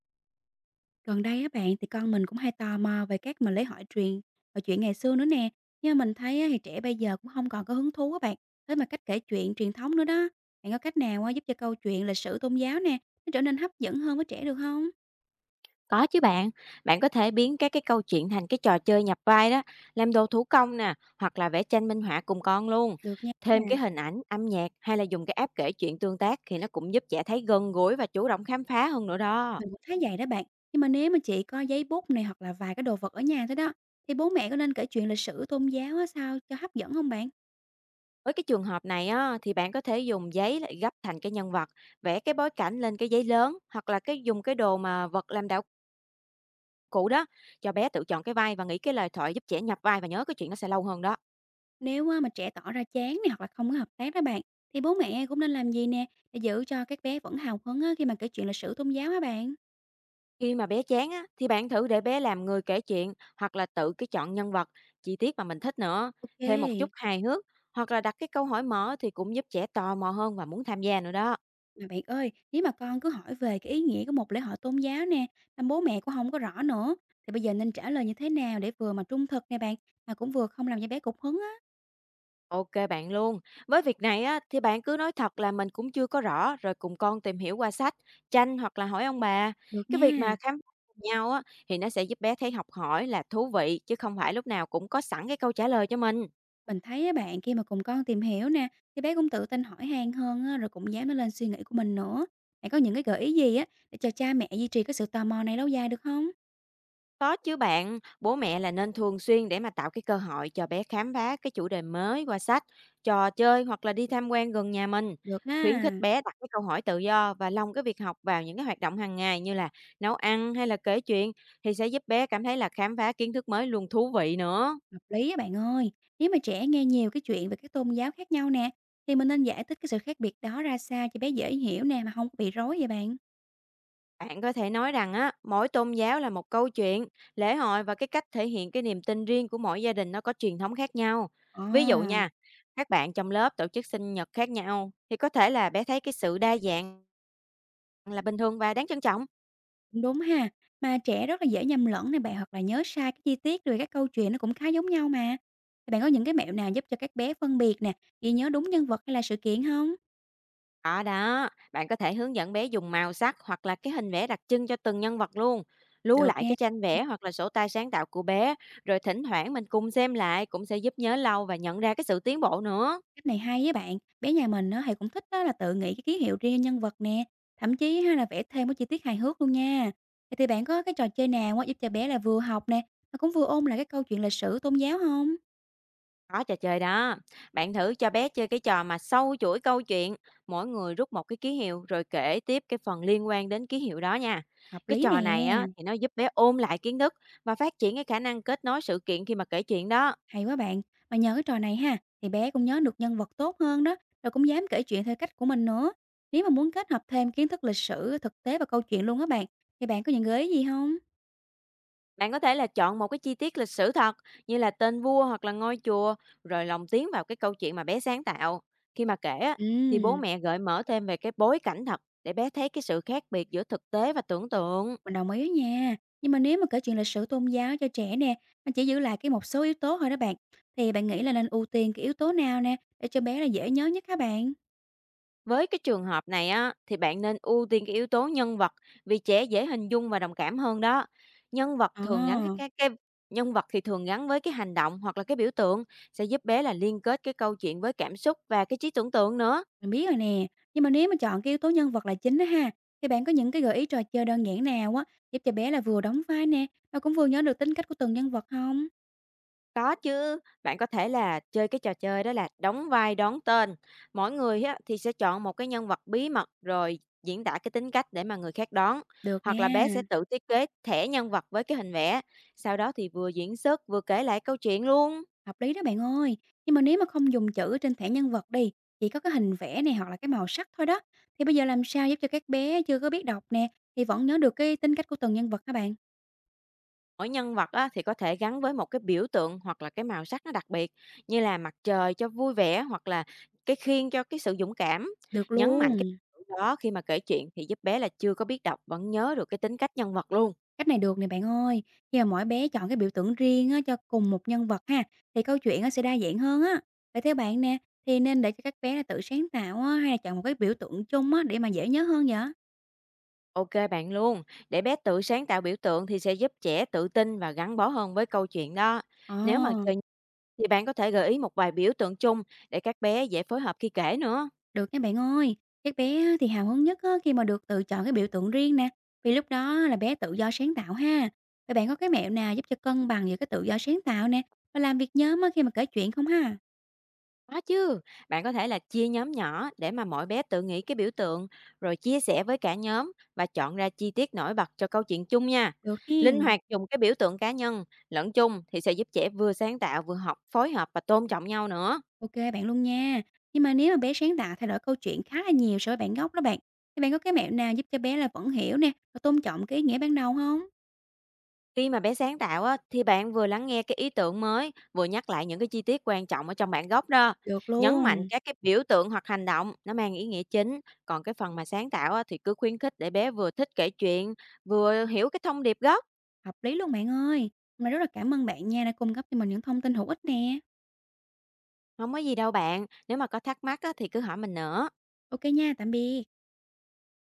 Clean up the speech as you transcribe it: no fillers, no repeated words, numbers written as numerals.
Gần đây á bạn, thì con mình cũng hay tò mò về các mà lễ hội truyền và chuyện ngày xưa nữa nè. Nhưng mà mình thấy á, thì trẻ bây giờ cũng không còn có hứng thú á bạn. Thế mà cách kể chuyện truyền thống nữa đó. Bạn có cách nào á, giúp cho câu chuyện lịch sử tôn giáo nè nó trở nên hấp dẫn hơn với trẻ được không? Có chứ bạn, bạn có thể biến các cái câu chuyện thành cái trò chơi nhập vai đó, làm đồ thủ công nè, hoặc là vẽ tranh minh họa cùng con luôn. Được nha. Thêm cái hình ảnh, âm nhạc hay là dùng cái app kể chuyện tương tác thì nó cũng giúp trẻ thấy gần gũi và chủ động khám phá hơn nữa đó. Mình cũng thấy vậy đó bạn. Nhưng mà nếu mà chị có giấy bút này hoặc là vài cái đồ vật ở nhà thôi đó, thì bố mẹ có nên kể chuyện lịch sử tôn giáo á, sao cho hấp dẫn không bạn? Với cái trường hợp này á, thì bạn có thể dùng giấy lại gấp thành cái nhân vật, vẽ cái bối cảnh lên cái giấy lớn hoặc là cái dùng cái đồ mà vật làm đạo cụ đó cho bé tự chọn cái vai và nghĩ cái lời thoại, giúp trẻ nhập vai và nhớ cái chuyện nó sẽ lâu hơn đó. Nếu á, mà trẻ tỏ ra chán này hoặc là không có hợp tác đó bạn, thì bố mẹ cũng nên làm gì nè để giữ cho các bé vẫn hào hứng á, khi mà kể chuyện lịch sử tôn giáo hả bạn? Khi mà bé chán á, thì bạn thử để bé làm người kể chuyện hoặc là tự cái chọn nhân vật, chi tiết mà mình thích nữa. Thêm một chút Ok. hài hước hoặc là đặt cái câu hỏi mở thì cũng giúp trẻ tò mò hơn và muốn tham gia nữa đó. Mà bạn ơi, nếu mà con cứ hỏi về cái ý nghĩa của một lễ hội tôn giáo nè, mà bố mẹ cũng không có rõ nữa, thì bây giờ nên trả lời như thế nào để vừa mà trung thực nè bạn, mà cũng vừa không làm cho bé cục hứng á. Ok bạn luôn. Với việc này á, thì bạn cứ nói thật là mình cũng chưa có rõ, rồi cùng con tìm hiểu qua sách, tranh hoặc là hỏi ông bà. Được Cái việc mà nha. khám phá cùng nhau á, thì nó sẽ giúp bé thấy học hỏi là thú vị, chứ không phải lúc nào cũng có sẵn cái câu trả lời cho mình. Mình thấy á bạn, khi mà cùng con tìm hiểu nè, thì bé cũng tự tin hỏi han hơn á, rồi cũng dám nó lên suy nghĩ của mình nữa. Bạn có những cái gợi ý gì á để cho cha mẹ duy trì cái sự tò mò này lâu dài được không? Có chứ bạn, bố mẹ là nên thường xuyên để mà tạo cái cơ hội cho bé khám phá cái chủ đề mới qua sách, trò chơi hoặc là đi tham quan gần nhà mình. Được á. Khuyến khích bé đặt cái câu hỏi tự do và lồng cái việc học vào những cái hoạt động hàng ngày, như là nấu ăn hay là kể chuyện, thì sẽ giúp bé cảm thấy là khám phá kiến thức mới luôn thú vị nữa. Hợp lý á bạn ơi. Nếu mà trẻ nghe nhiều cái chuyện về các tôn giáo khác nhau nè, thì mình nên giải thích cái sự khác biệt đó ra sao cho bé dễ hiểu nè, mà không có bị rối vậy bạn. Bạn có thể nói rằng á, mỗi tôn giáo là một câu chuyện, lễ hội và cái cách thể hiện cái niềm tin riêng của mỗi gia đình, nó có truyền thống khác nhau. Ồ, Ví dụ nha, các bạn trong lớp tổ chức sinh nhật khác nhau, thì có thể là bé thấy cái sự đa dạng là bình thường và đáng trân trọng. cũng đúng ha. Mà trẻ rất là dễ nhầm lẫn nè bạn, hoặc là nhớ sai cái chi tiết, rồi các câu chuyện nó cũng khá giống nhau mà. Thì bạn có những cái mẹo nào giúp cho các bé phân biệt nè, ghi nhớ đúng nhân vật hay là sự kiện không? Ở đó, bạn có thể hướng dẫn bé dùng màu sắc hoặc là cái hình vẽ đặc trưng cho từng nhân vật luôn. Lưu Được lại nha. cái tranh vẽ hoặc là sổ tay sáng tạo của bé, rồi thỉnh thoảng mình cùng xem lại, cũng sẽ giúp nhớ lâu và nhận ra cái sự tiến bộ nữa. Cách này hay với bạn, bé nhà mình á thì cũng thích, đó là tự nghĩ cái ký hiệu riêng nhân vật nè, thậm chí hay là vẽ thêm cái chi tiết hài hước luôn nha. Vậy thì bạn có cái trò chơi nào á giúp cho bé là vừa học nè, mà cũng vừa ôn lại cái câu chuyện lịch sử tôn giáo không? Có trò chơi đó. Bạn thử cho bé chơi cái trò mà sâu chuỗi câu chuyện, mỗi người rút một cái ký hiệu rồi kể tiếp cái phần liên quan đến ký hiệu đó nha. Hợp Cái lý nè. trò này á thì nó giúp bé ôn lại kiến thức và phát triển cái khả năng kết nối sự kiện khi mà kể chuyện đó. Hay quá bạn. Mà nhờ cái trò này ha, thì bé cũng nhớ được nhân vật tốt hơn đó, rồi cũng dám kể chuyện theo cách của mình nữa. Nếu mà muốn kết hợp thêm kiến thức lịch sử, thực tế và câu chuyện luôn á bạn, thì bạn có những gợi ý gì không? Bạn có thể là chọn một cái chi tiết lịch sử thật, như là tên vua hoặc là ngôi chùa, rồi lồng tiếng vào cái câu chuyện mà bé sáng tạo. Khi mà kể á thì bố Ừ. mẹ gợi mở thêm về cái bối cảnh thật, để bé thấy cái sự khác biệt giữa thực tế và tưởng tượng. Mình đồng ý á nha, nhưng mà nếu mà kể chuyện lịch sử tôn giáo cho trẻ nè, mà chỉ giữ lại cái một số yếu tố thôi đó bạn, thì bạn nghĩ là nên ưu tiên cái yếu tố nào nè, để cho bé là dễ nhớ nhất hả bạn? Với cái trường hợp này á, thì bạn nên ưu tiên cái yếu tố nhân vật, vì trẻ dễ hình dung và đồng cảm hơn đó. Nhân vật Ờ, thường gắn cái nhân vật thì thường gắn với cái hành động hoặc là cái biểu tượng, sẽ giúp bé là liên kết cái câu chuyện với cảm xúc và cái trí tưởng tượng nữa. mình biết rồi nè, nhưng mà nếu mà chọn cái yếu tố nhân vật là chính đó ha, thì bạn có những cái gợi ý trò chơi đơn giản nào á, giúp cho bé là vừa đóng vai nè, mà cũng vừa nhớ được tính cách của từng nhân vật không? Có chứ, bạn có thể là chơi cái trò chơi đó là đóng vai đón tên. Mỗi người á, thì sẽ chọn một cái nhân vật bí mật rồi diễn tả cái tính cách để mà người khác đoán. Được Hoặc là bé nha. sẽ tự thiết kế thẻ nhân vật với cái hình vẽ. Sau đó thì vừa diễn xuất vừa kể lại câu chuyện luôn. Hợp lý đó bạn ơi, nhưng mà nếu mà không dùng chữ trên thẻ nhân vật đi, chỉ có cái hình vẽ này hoặc là cái màu sắc thôi đó, thì bây giờ làm sao giúp cho các bé chưa có biết đọc nè, thì vẫn nhớ được cái tính cách của từng nhân vật các bạn? Mỗi nhân vật á, thì có thể gắn với một cái biểu tượng hoặc là cái màu sắc nó đặc biệt, như là mặt trời cho vui vẻ hoặc là cái khiên cho cái sự dũng cảm. Được Nhấn luôn. mạnh cái điều đó khi mà kể chuyện thì giúp bé là chưa có biết đọc vẫn nhớ được cái tính cách nhân vật luôn. Cách này được nè bạn ơi, khi mà mỗi bé chọn cái biểu tượng riêng á, cho cùng một nhân vật ha, thì câu chuyện nó sẽ đa dạng hơn á. Vậy theo bạn nè, thì nên để cho các bé là tự sáng tạo á, hay là chọn một cái biểu tượng chung á, để mà dễ nhớ hơn vậy? Ok bạn luôn, để bé tự sáng tạo biểu tượng thì sẽ giúp trẻ tự tin và gắn bó hơn với câu chuyện đó. Nếu mà Ồ. chơi thì bạn có thể gợi ý một vài biểu tượng chung, để các bé dễ phối hợp khi kể nữa. Được nha bạn ơi, các bé á thì hào hứng nhất á khi mà được tự chọn cái biểu tượng riêng nè, vì lúc đó là bé tự do sáng tạo ha. Vậy bạn có cái mẹo nào giúp cho cân bằng giữa cái tự do sáng tạo nè và làm việc nhóm á khi mà kể chuyện không ha? Có chứ, bạn có thể là chia nhóm nhỏ để mà mỗi bé tự nghĩ cái biểu tượng, rồi chia sẻ với cả nhóm và chọn ra chi tiết nổi bật cho câu chuyện chung nha. Được Linh hiên. hoạt dùng cái biểu tượng cá nhân lẫn chung thì sẽ giúp trẻ vừa sáng tạo, vừa học phối hợp và tôn trọng nhau nữa. Ok bạn luôn nha. Nhưng mà nếu mà bé sáng tạo thay đổi câu chuyện khá là nhiều so với bạn gốc đó bạn, thì bạn có cái mẹo nào giúp cho bé là vẫn hiểu nè và tôn trọng cái ý nghĩa ban đầu không? Khi mà bé sáng tạo á, thì bạn vừa lắng nghe cái ý tưởng mới, vừa nhắc lại những cái chi tiết quan trọng ở trong bản gốc đó. Được Nhấn mạnh luôn. các cái biểu tượng hoặc hành động nó mang ý nghĩa chính, còn cái phần mà sáng tạo á, thì cứ khuyến khích để bé vừa thích kể chuyện, vừa hiểu cái thông điệp gốc. Hợp lý luôn bạn ơi. Mà rất là cảm ơn bạn nha, đã cung cấp cho mình những thông tin hữu ích nè. Không có gì đâu bạn, nếu mà có thắc mắc á thì cứ hỏi mình nữa. Ok nha, tạm biệt.